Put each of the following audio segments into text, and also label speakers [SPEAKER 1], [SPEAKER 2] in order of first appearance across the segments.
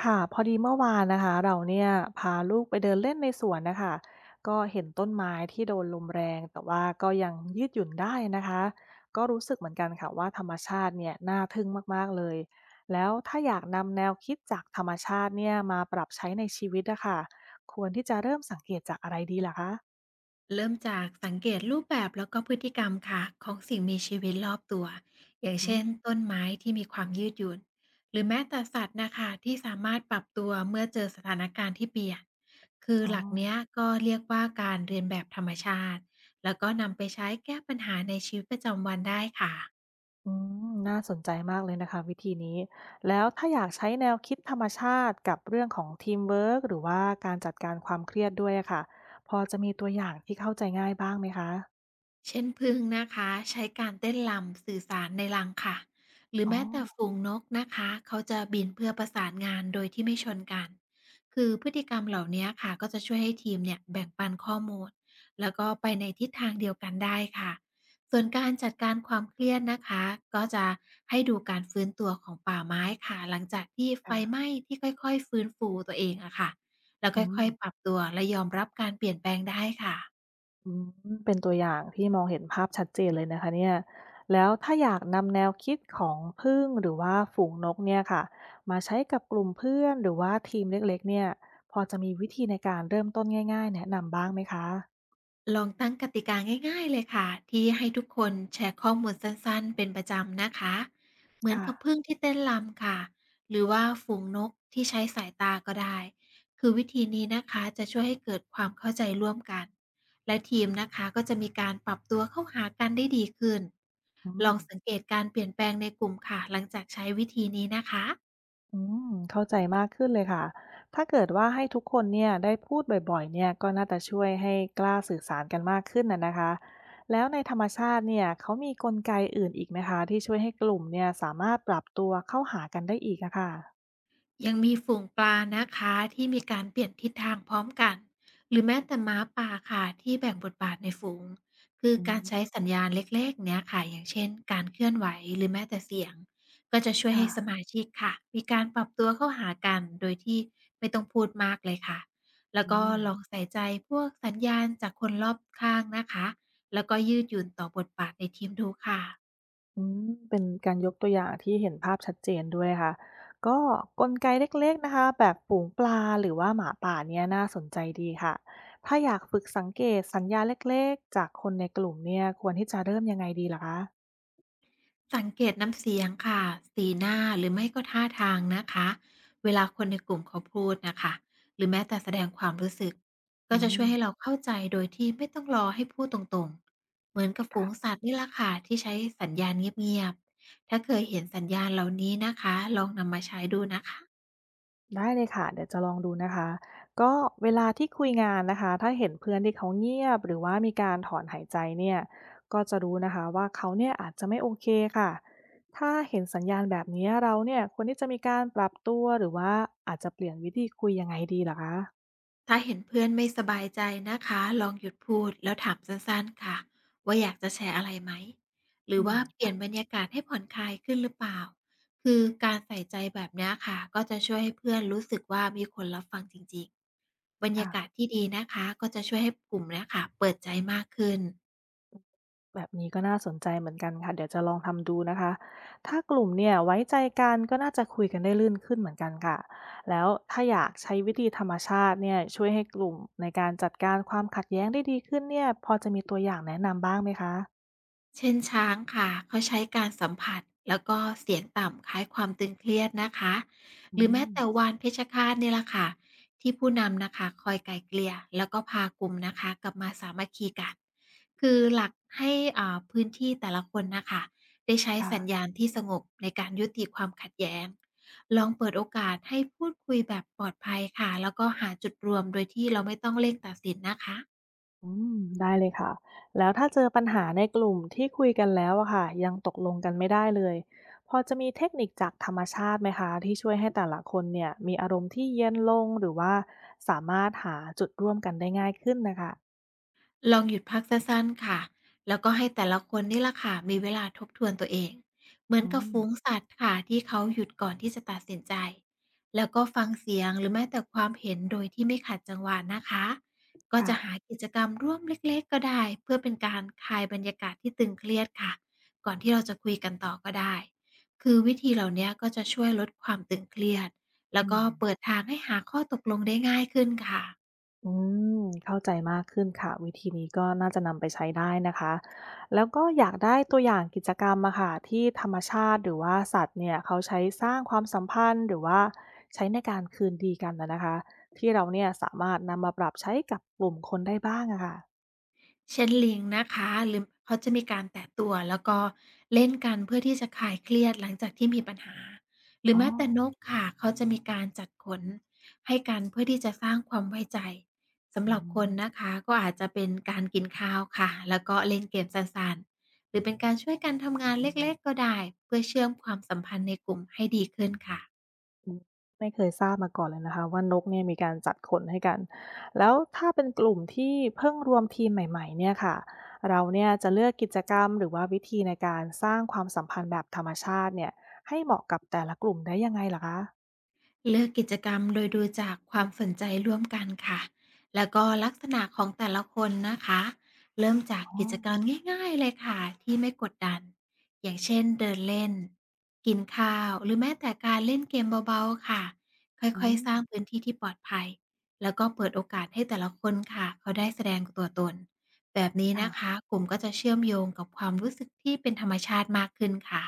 [SPEAKER 1] ค่ะพอดีเมื่อวานนะคะเราเนี่ยพาลูกไปเดินเล่นในสวนนะคะก็เห็นต้นไม้ที่โดนลมแรงแต่ว่าก็ยังยืดหยุ่นได้นะคะก็รู้สึกเหมือนกันค่ะว่าธรรมชาติเนี่ยน่าทึ่งมากๆเลยแล้วถ้าอยากนำแนวคิดจากธรรมชาติเนี่ยมาปรับใช้ในชีวิตอะค่ะควรที่จะเริ่มสังเกตจากอะไรดีล่ะคะ
[SPEAKER 2] เริ่มจากสังเกตรูปแบบแล้วก็พฤติกรรมค่ะของสิ่งมีชีวิตรอบตัวอย่าง
[SPEAKER 1] อื
[SPEAKER 2] เช่น
[SPEAKER 1] ม
[SPEAKER 2] ต้นไม้ที่มีความยืดหยุ่นหรือแม้แต่สัตว์นะคะที่สามารถปรับตัวเมื่อเจอสถานการณ์ที่เปลี่ยนคือ
[SPEAKER 1] อ๋อ
[SPEAKER 2] หลักเนี้ยก็เรียกว่าการเรียนแบบธรรมชาติแล้วก็นำไปใช้แก้ปัญหาในชีวิตประจำวันได้ค่ะ
[SPEAKER 1] อืมน่าสนใจมากเลยนะคะวิธีนี้แล้วถ้าอยากใช้แนวคิดธรรมชาติกับเรื่องของทีมเวิร์กหรือว่าการจัดการความเครียดด้วยอะค่ะพอจะมีตัวอย่างที่เข้าใจง่ายบ้างไหมคะ
[SPEAKER 2] เช่นผึ้งนะคะใช้การเต้นรำสื่อสารในรังค่ะหรือ
[SPEAKER 1] อ๋
[SPEAKER 2] แม้แต่
[SPEAKER 1] อ
[SPEAKER 2] ฝูงนกนะคะเขาจะบินเพื่อประสานงานโดยที่ไม่ชนกันคือพฤติกรรมเหล่านี้ค่ะก็จะช่วยให้ทีมเนี่ยแบ่งปันข้อมูลแล้วก็ไปในทิศทางเดียวกันได้ค่ะส่วนการจัดการความเครียดนะคะก็จะให้ดูการฟื้นตัวของป่าไม้ค่ะหลังจากที่ไฟไห
[SPEAKER 1] ค่ะ
[SPEAKER 2] ม้ที่ค่อยๆฟื้นฟูตัวเองอะค่ะแล้ว
[SPEAKER 1] อื
[SPEAKER 2] ค่
[SPEAKER 1] ม
[SPEAKER 2] อยๆปรับตัวและยอมรับการเปลี่ยนแปลงได้ค่ะ
[SPEAKER 1] อืมเป็นตัวอย่างที่มองเห็นภาพชัดเจนเลยนะคะเนี่ยแล้วถ้าอยากนำแนวคิดของผึ้งหรือว่าฝูงนกเนี่ยค่ะมาใช้กับกลุ่มเพื่อนหรือว่าทีมเล็กๆเนี่ยพอจะมีวิธีในการเริ่มต้นง่ายๆแนะนำบ้างไหมคะ
[SPEAKER 2] ลองตั้งกติกาง่ายๆเลยค่ะที่ให้ทุกคนแชร์ข้อมูลสั้นๆเป็นประจำนะคะเหมือน
[SPEAKER 1] ค่ะ
[SPEAKER 2] กับผึ้งที่เต้นรำค่ะหรือว่าฝูงนกที่ใช้สายตาก็ได้คือวิธีนี้นะคะจะช่วยให้เกิดความเข้าใจร่วมกันและทีมนะคะก็จะมีการปรับตัวเข้าหากันได้ดีขึ้น
[SPEAKER 1] อื
[SPEAKER 2] ล
[SPEAKER 1] ม
[SPEAKER 2] องสังเกตการเปลี่ยนแปลงในกลุ่มค่ะหลังจากใช้วิธีนี้นะคะ
[SPEAKER 1] อืมเข้าใจมากขึ้นเลยค่ะ ถ้าเกิดว่าให้ทุกคนเนี่ยได้พูดบ่อยๆ เนี่ยก็น่าจะช่วยให้กล้าสื่อสารกันมากขึ้นนะคะ แล้วในธรรมชาติเนี่ยเขามีกลไกอื่นอีกไหมคะที่ช่วยให้กลุ่มเนี่ยสามารถปรับตัวเข้าหากันได้อีกอะค่ะ
[SPEAKER 2] ยังมีฝูงปลานะคะที่มีการเปลี่ยนทิศทางพร้อมกันหรือแม้แต่ม้าป่าค่ะที่แบ่งบทบาทในฝูงคือ
[SPEAKER 1] อื
[SPEAKER 2] การใช้
[SPEAKER 1] ม
[SPEAKER 2] สัญญาณเล็กๆเนี้ยค่ะอย่างเช่นการเคลื่อนไหวหรือแม้แต่เสียงก็จะช่วยให้ส
[SPEAKER 1] ค่ะ
[SPEAKER 2] มาชิกค่ะมีการปรับตัวเข้าหากันโดยที่ไม่ต้องพูดมากเลยค่ะแล้ว
[SPEAKER 1] อื
[SPEAKER 2] ก็
[SPEAKER 1] ม
[SPEAKER 2] ลองใส่ใจพวกสัญญาณจากคนรอบข้างนะคะแล้วก็ยืดหยุ่นต่อบทบาทในทีมดูค่ะ
[SPEAKER 1] อืมเป็นการยกตัวอย่างที่เห็นภาพชัดเจนด้วยค่ะก็กลไกเล็กๆนะคะแบบฝูงปลาหรือว่าหมาป่าเนี่ยน่าสนใจดีค่ะถ้าอยากฝึกสังเกตสัญญาณเล็กๆจากคนในกลุ่มเนี่ยควรที่จะเริ่มยังไงดีล่ะคะ
[SPEAKER 2] สังเกตน้ำเสียงค่ะสีหน้าหรือไม่ก็ท่าทางนะคะเวลาคนในกลุ่มเขาพูดนะคะหรือแม้แต่แสดงความรู้สึกก็
[SPEAKER 1] อื
[SPEAKER 2] จะ
[SPEAKER 1] ม
[SPEAKER 2] ช่วยให้เราเข้าใจโดยที่ไม่ต้องรอให้พูดตรงๆเหมือนกับฝูงสัตว์นี่ละค่ะที่ใช้สัญญาณเงียบๆถ้าเคยเห็นสัญญาณเหล่านี้นะคะลองนำมาใช้ดูนะคะ
[SPEAKER 1] ได้เลยค่ะเดี๋ยวจะลองดูนะคะก็เวลาที่คุยงานนะคะถ้าเห็นเพื่อนที่เขาเงียบหรือว่ามีการถอนหายใจเนี่ยก็จะรู้นะคะว่าเขาเนี่ยอาจจะไม่โอเคค่ะถ้าเห็นสัญญาณแบบนี้เราเนี่ยควรที่จะมีการปรับตัวหรือว่าอาจจะเปลี่ยนวิธีคุยยังไงดีเหรอคะ
[SPEAKER 2] ถ้าเห็นเพื่อนไม่สบายใจนะคะลองหยุดพูดแล้วถามสั้นๆค่ะว่าอยากจะแชร์อะไรไหมหรื
[SPEAKER 1] อื
[SPEAKER 2] อ
[SPEAKER 1] ม
[SPEAKER 2] ว่าเปลี่
[SPEAKER 1] ค่ะ
[SPEAKER 2] ยนบรรยากาศให้ผ่อนคลายขึ้นหรือเปล่าคือการใส่ใจแบบเนี้ยค่ะก็จะช่วยให้เพื่อนรู้สึกว่ามีคนรับฟังจริงๆบรร
[SPEAKER 1] ค่ะ
[SPEAKER 2] ยากาศที่ดีนะคะก็จะช่วยให้กลุ่มเนี้ยค่ะเปิดใจมากขึ้น
[SPEAKER 1] แบบนี้ก็น่าสนใจเหมือนกันค่ะเดี๋ยวจะลองทำดูนะคะถ้ากลุ่มเนี่ยไว้ใจกันก็น่าจะคุยกันได้ลื่นขึ้นเหมือนกันค่ะแล้วถ้าอยากใช้วิธีธรรมชาติเนี่ยช่วยให้กลุ่มในการจัดการความขัดแย้งได้ดีขึ้นเนี่ยพอจะมีตัวอย่างแนะนำบ้างไหมคะ
[SPEAKER 2] เช่นช้างค่ะเขาใช้การสัมผัสแล้วก็เสียงต่ำคล้ายความตึงเครียดนะคะ
[SPEAKER 1] อื
[SPEAKER 2] หรือแม้
[SPEAKER 1] ม
[SPEAKER 2] แต่วานเพชฌฆาตนี่แหละค่ะที่ผู้นำนะคะคอยไกลเกลี่ยแล้วก็พากลุ่มนะคะกลับมาสามัคคีกันคือหลักให้พื้นที่แต่ละคนนะคะได้ใช้สัญ
[SPEAKER 1] ค่ะ
[SPEAKER 2] ญาณที่สงบในการยุติความขัดแย้งลองเปิดโอกาสให้พูดคุยแบบปลอดภัยค่ะแล้วก็หาจุดรวมโดยที่เราไม่ต้องเร่งตัดสินนะคะ
[SPEAKER 1] อืมได้เลยค่ะแล้วถ้าเจอปัญหาในกลุ่มที่คุยกันแล้วอะค่ะยังตกลงกันไม่ได้เลยพอจะมีเทคนิคจากธรรมชาติไหมคะที่ช่วยให้แต่ละคนเนี่ยมีอารมณ์ที่เย็นลงหรือว่าสามารถหาจุดร่วมกันได้ง่ายขึ้นนะคะ
[SPEAKER 2] ลองหยุดพักสั้นๆค่ะแล้วก็ให้แต่ละคนนี่ละค่ะมีเวลาทบทวนตัวเอง เหมือน
[SPEAKER 1] อื
[SPEAKER 2] กับ
[SPEAKER 1] ม
[SPEAKER 2] ฝูงสัตว์ค่ะที่เขาหยุดก่อนที่จะตัดสินใจ แล้วก็ฟังเสียงหรือแม้แต่ความเห็นโดยที่ไม่ขัดจังหวะนะคะ ก็
[SPEAKER 1] ค่ะ
[SPEAKER 2] จะหากิจกรรมร่วมเล็กๆก็ได้เพื่อเป็นการคลายบรรยากาศที่ตึงเครียดค่ะ ก่อนที่เราจะคุยกันต่อก็ได้คือวิธีเหล่านี้ก็จะช่วยลดความตึงเครียดแล้
[SPEAKER 1] อื
[SPEAKER 2] วก็
[SPEAKER 1] ม
[SPEAKER 2] เปิดทางให้หาข้อตกลงได้ง่ายขึ้นค่ะ
[SPEAKER 1] อืมเข้าใจมากขึ้นค่ะวิธีนี้ก็น่าจะนำไปใช้ได้นะคะแล้วก็อยากได้ตัวอย่างกิจกรรมอะค่ะที่ธรรมชาติหรือว่าสัตว์เนี่ยเขาใช้สร้างความสัมพันธ์หรือว่าใช้ในการคืนดีกันนะคะที่เราเนี่ยสามารถนำมาปรับใช้กับกลุ่มคนได้บ้างอะค่ะ
[SPEAKER 2] เชนลิงนะคะหรือเขาจะมีการแตะตัวแล้วก็เล่นกันเพื่อที่จะคลายเครียดหลังจากที่มีปัญหาหรื
[SPEAKER 1] อ๋
[SPEAKER 2] อ
[SPEAKER 1] อ
[SPEAKER 2] แม้แต่นกค่ะเขาจะมีการจัดขนให้กันเพื่อที่จะสร้างความไว้ใจสำ
[SPEAKER 1] อื
[SPEAKER 2] หรับคน
[SPEAKER 1] ม
[SPEAKER 2] นะคะก็อาจจะเป็นการกินข้าวค่ะแล้วก็เล่นเกมสั้นๆหรือเป็นการช่วยกันทำงานเล็กๆก็ได้เพื่อเชื่อมความสัมพันธ์ในกลุ่มให้ดีขึ้นค่ะ
[SPEAKER 1] อืมไม่เคยทราบมาก่อนเลยนะคะว่านกเนี่ยมีการจัดขนให้กันแล้วถ้าเป็นกลุ่มที่เพิ่งรวมทีมใหม่ๆเนี่ยค่ะเราเนี่ยจะเลือกกิจกรรมหรือว่าวิธีในการสร้างความสัมพันธ์แบบธรรมชาติเนี่ยให้เหมาะกับแต่ละกลุ่มได้ยังไงลหรคะ
[SPEAKER 2] เลือกกิจกรรมโดยดูจากความสนใจร่วมกันค่ะ แล้วก็ลักษณะของแต่ละคนนะคะ เริ่มจาก
[SPEAKER 1] อ๋อ
[SPEAKER 2] กิจกรรมง่ายๆเลยค่ะที่ไม่กดดันอย่างเช่นเดินเล่น กินข้าว หรือแม้แต่การเล่นเกมเบาๆค่ะ ค่
[SPEAKER 1] อื
[SPEAKER 2] อยๆ
[SPEAKER 1] ม
[SPEAKER 2] สร้างพื้นที่ที่ปลอดภัย แล้วก็เปิดโอกาสให้แต่ละคนค่ะเขาได้แสดงตัวตนแบบนี้นะ
[SPEAKER 1] ค่ะ
[SPEAKER 2] คะกลุ่มก็จะเชื่อมโยงกับความรู้สึกที่เป็นธรรมชาติมากขึ้นค่ะ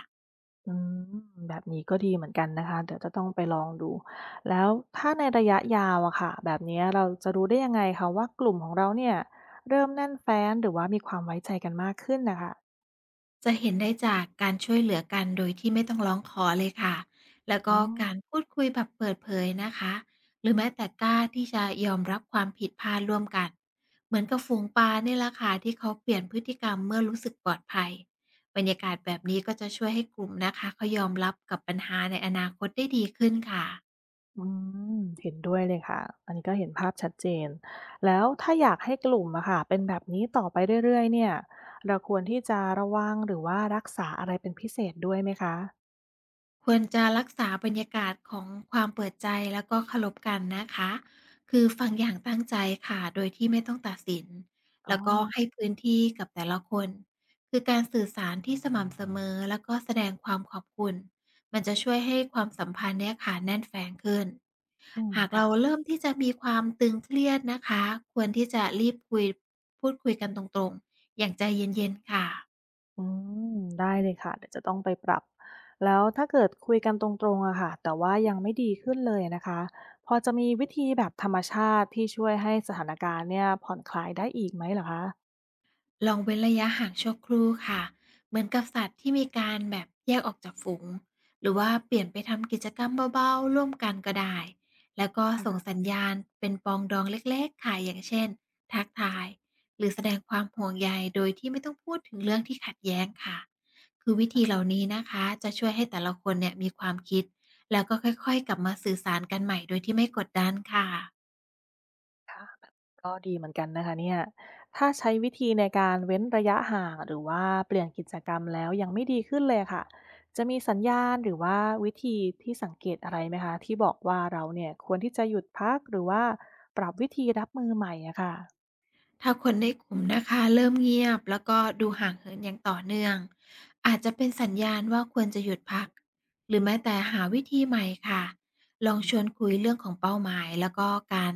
[SPEAKER 1] อืมแบบนี้ก็ดีเหมือนกันนะคะเดี๋ยวจะต้องไปลองดูแล้วถ้าในระยะยาวอะค่ะแบบนี้เราจะรู้ได้ยังไงคะว่ากลุ่มของเราเนี่ยเริ่มแน่นแฟ้นหรือว่ามีความไว้ใจกันมากขึ้นนะคะ
[SPEAKER 2] จะเห็นได้จากการช่วยเหลือกันโดยที่ไม่ต้องร้องขอเลยค่ะ แล้ว
[SPEAKER 1] อ๋อ
[SPEAKER 2] ก็การพูดคุยแบบเปิดเผยนะคะหรือแม้แต่กล้าที่จะยอมรับความผิดพลาดร่วมกัน เหมือนกับฝูงปลาเนี่ยแหละค่ะที่เขาเปลี่ยนพฤติกรรมเมื่อรู้สึกปลอดภัยบรรยากาศแบบนี้ก็จะช่วยให้กลุ่มนะคะเขายอมรับกับปัญหาในอนาคตได้ดีขึ้นค่ะ
[SPEAKER 1] อืมเห็นด้วยเลยค่ะอันนี้ก็เห็นภาพชัดเจนแล้วถ้าอยากให้กลุ่มอะค่ะเป็นแบบนี้ต่อไปเรื่อยๆเนี่ยเราควรที่จะระวังหรือว่ารักษาอะไรเป็นพิเศษด้วยไหมคะ
[SPEAKER 2] ควรจะรักษาบรรยากาศของความเปิดใจแล้วก็เคารพกันนะคะคือฟังอย่างตั้งใจค่ะโดยที่ไม่ต้องตัดสิน
[SPEAKER 1] อ๋อ
[SPEAKER 2] แล้วก็ให้พื้นที่กับแต่ละคนคือการสื่อสารที่สม่ำเสมอแล้วก็แสดงความขอบคุณมันจะช่วยให้ความสัมพันธ์เนี่ยค่ะแน่นแฟ้งขึ้น
[SPEAKER 1] อืม
[SPEAKER 2] หาก
[SPEAKER 1] ค่ะ
[SPEAKER 2] เราเริ่มที่จะมีความตึงเครียดนะคะควรที่จะรีบคุยพูดคุยกันตรงๆอย่างใจเย็นๆค่ะ
[SPEAKER 1] อืมได้เลยค่ะเดี๋ยวจะต้องไปปรับแล้วถ้าเกิดคุยกันตรงๆอะค่ะแต่ว่ายังไม่ดีขึ้นเลยนะคะพอจะมีวิธีแบบธรรมชาติที่ช่วยให้สถานการณ์เนี่ยผ่อนคลายได้อีกไหมเหรอคะ
[SPEAKER 2] ลองเว้นระยะห่างชั่วครู่ค่ะเหมือนกับสัตว์ที่มีการแบบแยกออกจากฝูงหรือว่าเปลี่ยนไปทำกิจกรรมเบาๆร่วมกันก็ได้ แล้วก็ส่งสัญญาณเป็นปองดองเล็กๆค่ะอย่างเช่นทักทายหรือแสดงความห่วงใยโดยที่ไม่ต้องพูดถึงเรื่องที่ขัดแย้งค่ะ คือวิธีเหล่านี้นะคะจะช่วยให้แต่ละคนเนี่ยมีความคิดแล้วก็ค่อยๆกลับมาสื่อสารกันใหม่โดยที่ไม่กดดันค่ะ
[SPEAKER 1] ค่ะแบบก็ดีเหมือนกันนะคะเนี่ยถ้าใช้วิธีในการเว้นระยะห่างหรือว่าเปลี่ยนกิจกรรมแล้วยังไม่ดีขึ้นเลยค่ะจะมีสัญญาณหรือว่าวิธีที่สังเกตอะไรไหมคะที่บอกว่าเราเนี่ยควรที่จะหยุดพักหรือว่าปรับวิธีรับมือใหม่อะค่ะ
[SPEAKER 2] ถ้าคนในกลุ่มนะคะเริ่มเงียบแล้วก็ดูห่างเหินอย่างต่อเนื่องอาจจะเป็นสัญญาณว่าควรจะหยุดพักหรือแม้แต่หาวิธีใหม่ค่ะลองชวนคุยเรื่องของเป้าหมายแล้วก็การ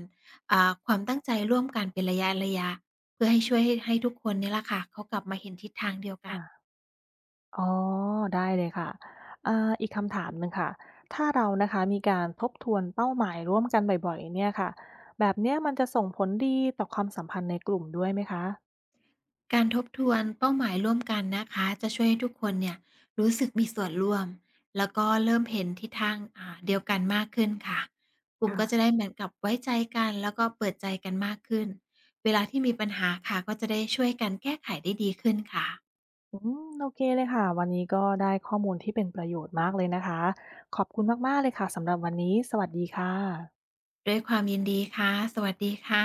[SPEAKER 2] ความตั้งใจร่วมกันเป็นระยะระยะเพื่อให้ช่วยให้ทุกคนเนี่ยละค่ะเขากลับมาเห็นทิศทางเดียวกัน
[SPEAKER 1] ค่ะอ๋อได้เลยค่ะอีกคำถามหนึ่งค่ะถ้าเรานะคะมีการทบทวนเป้าหมายร่วมกันบ่อยๆเนี่ยค่ะแบบเนี้ยมันจะส่งผลดีต่อความสัมพันธ์ในกลุ่มด้วยไหมคะ
[SPEAKER 2] การทบทวนเป้าหมายร่วมกันนะคะจะช่วยให้ทุกคนเนี่ยรู้สึกมีส่วนร่วมแล้วก็เริ่มเห็นทิศทางเดียวกันมากขึ้นค่ะกลุ่ม
[SPEAKER 1] ค่ะ
[SPEAKER 2] ก็จะได้เหมือนกับไว้ใจกันแล้วก็เปิดใจกันมากขึ้นเวลาที่มีปัญหาค่ะก็จะได้ช่วยกันแก้ไขได้ดีขึ้นค่ะ
[SPEAKER 1] อืมโอเคเลยค่ะวันนี้ก็ได้ข้อมูลที่เป็นประโยชน์มากเลยนะคะขอบคุณมากๆเลยค่ะสำหรับวันนี้สวัสดีค่ะ
[SPEAKER 2] ด้วยความยินดีค่ะสวัสดีค่ะ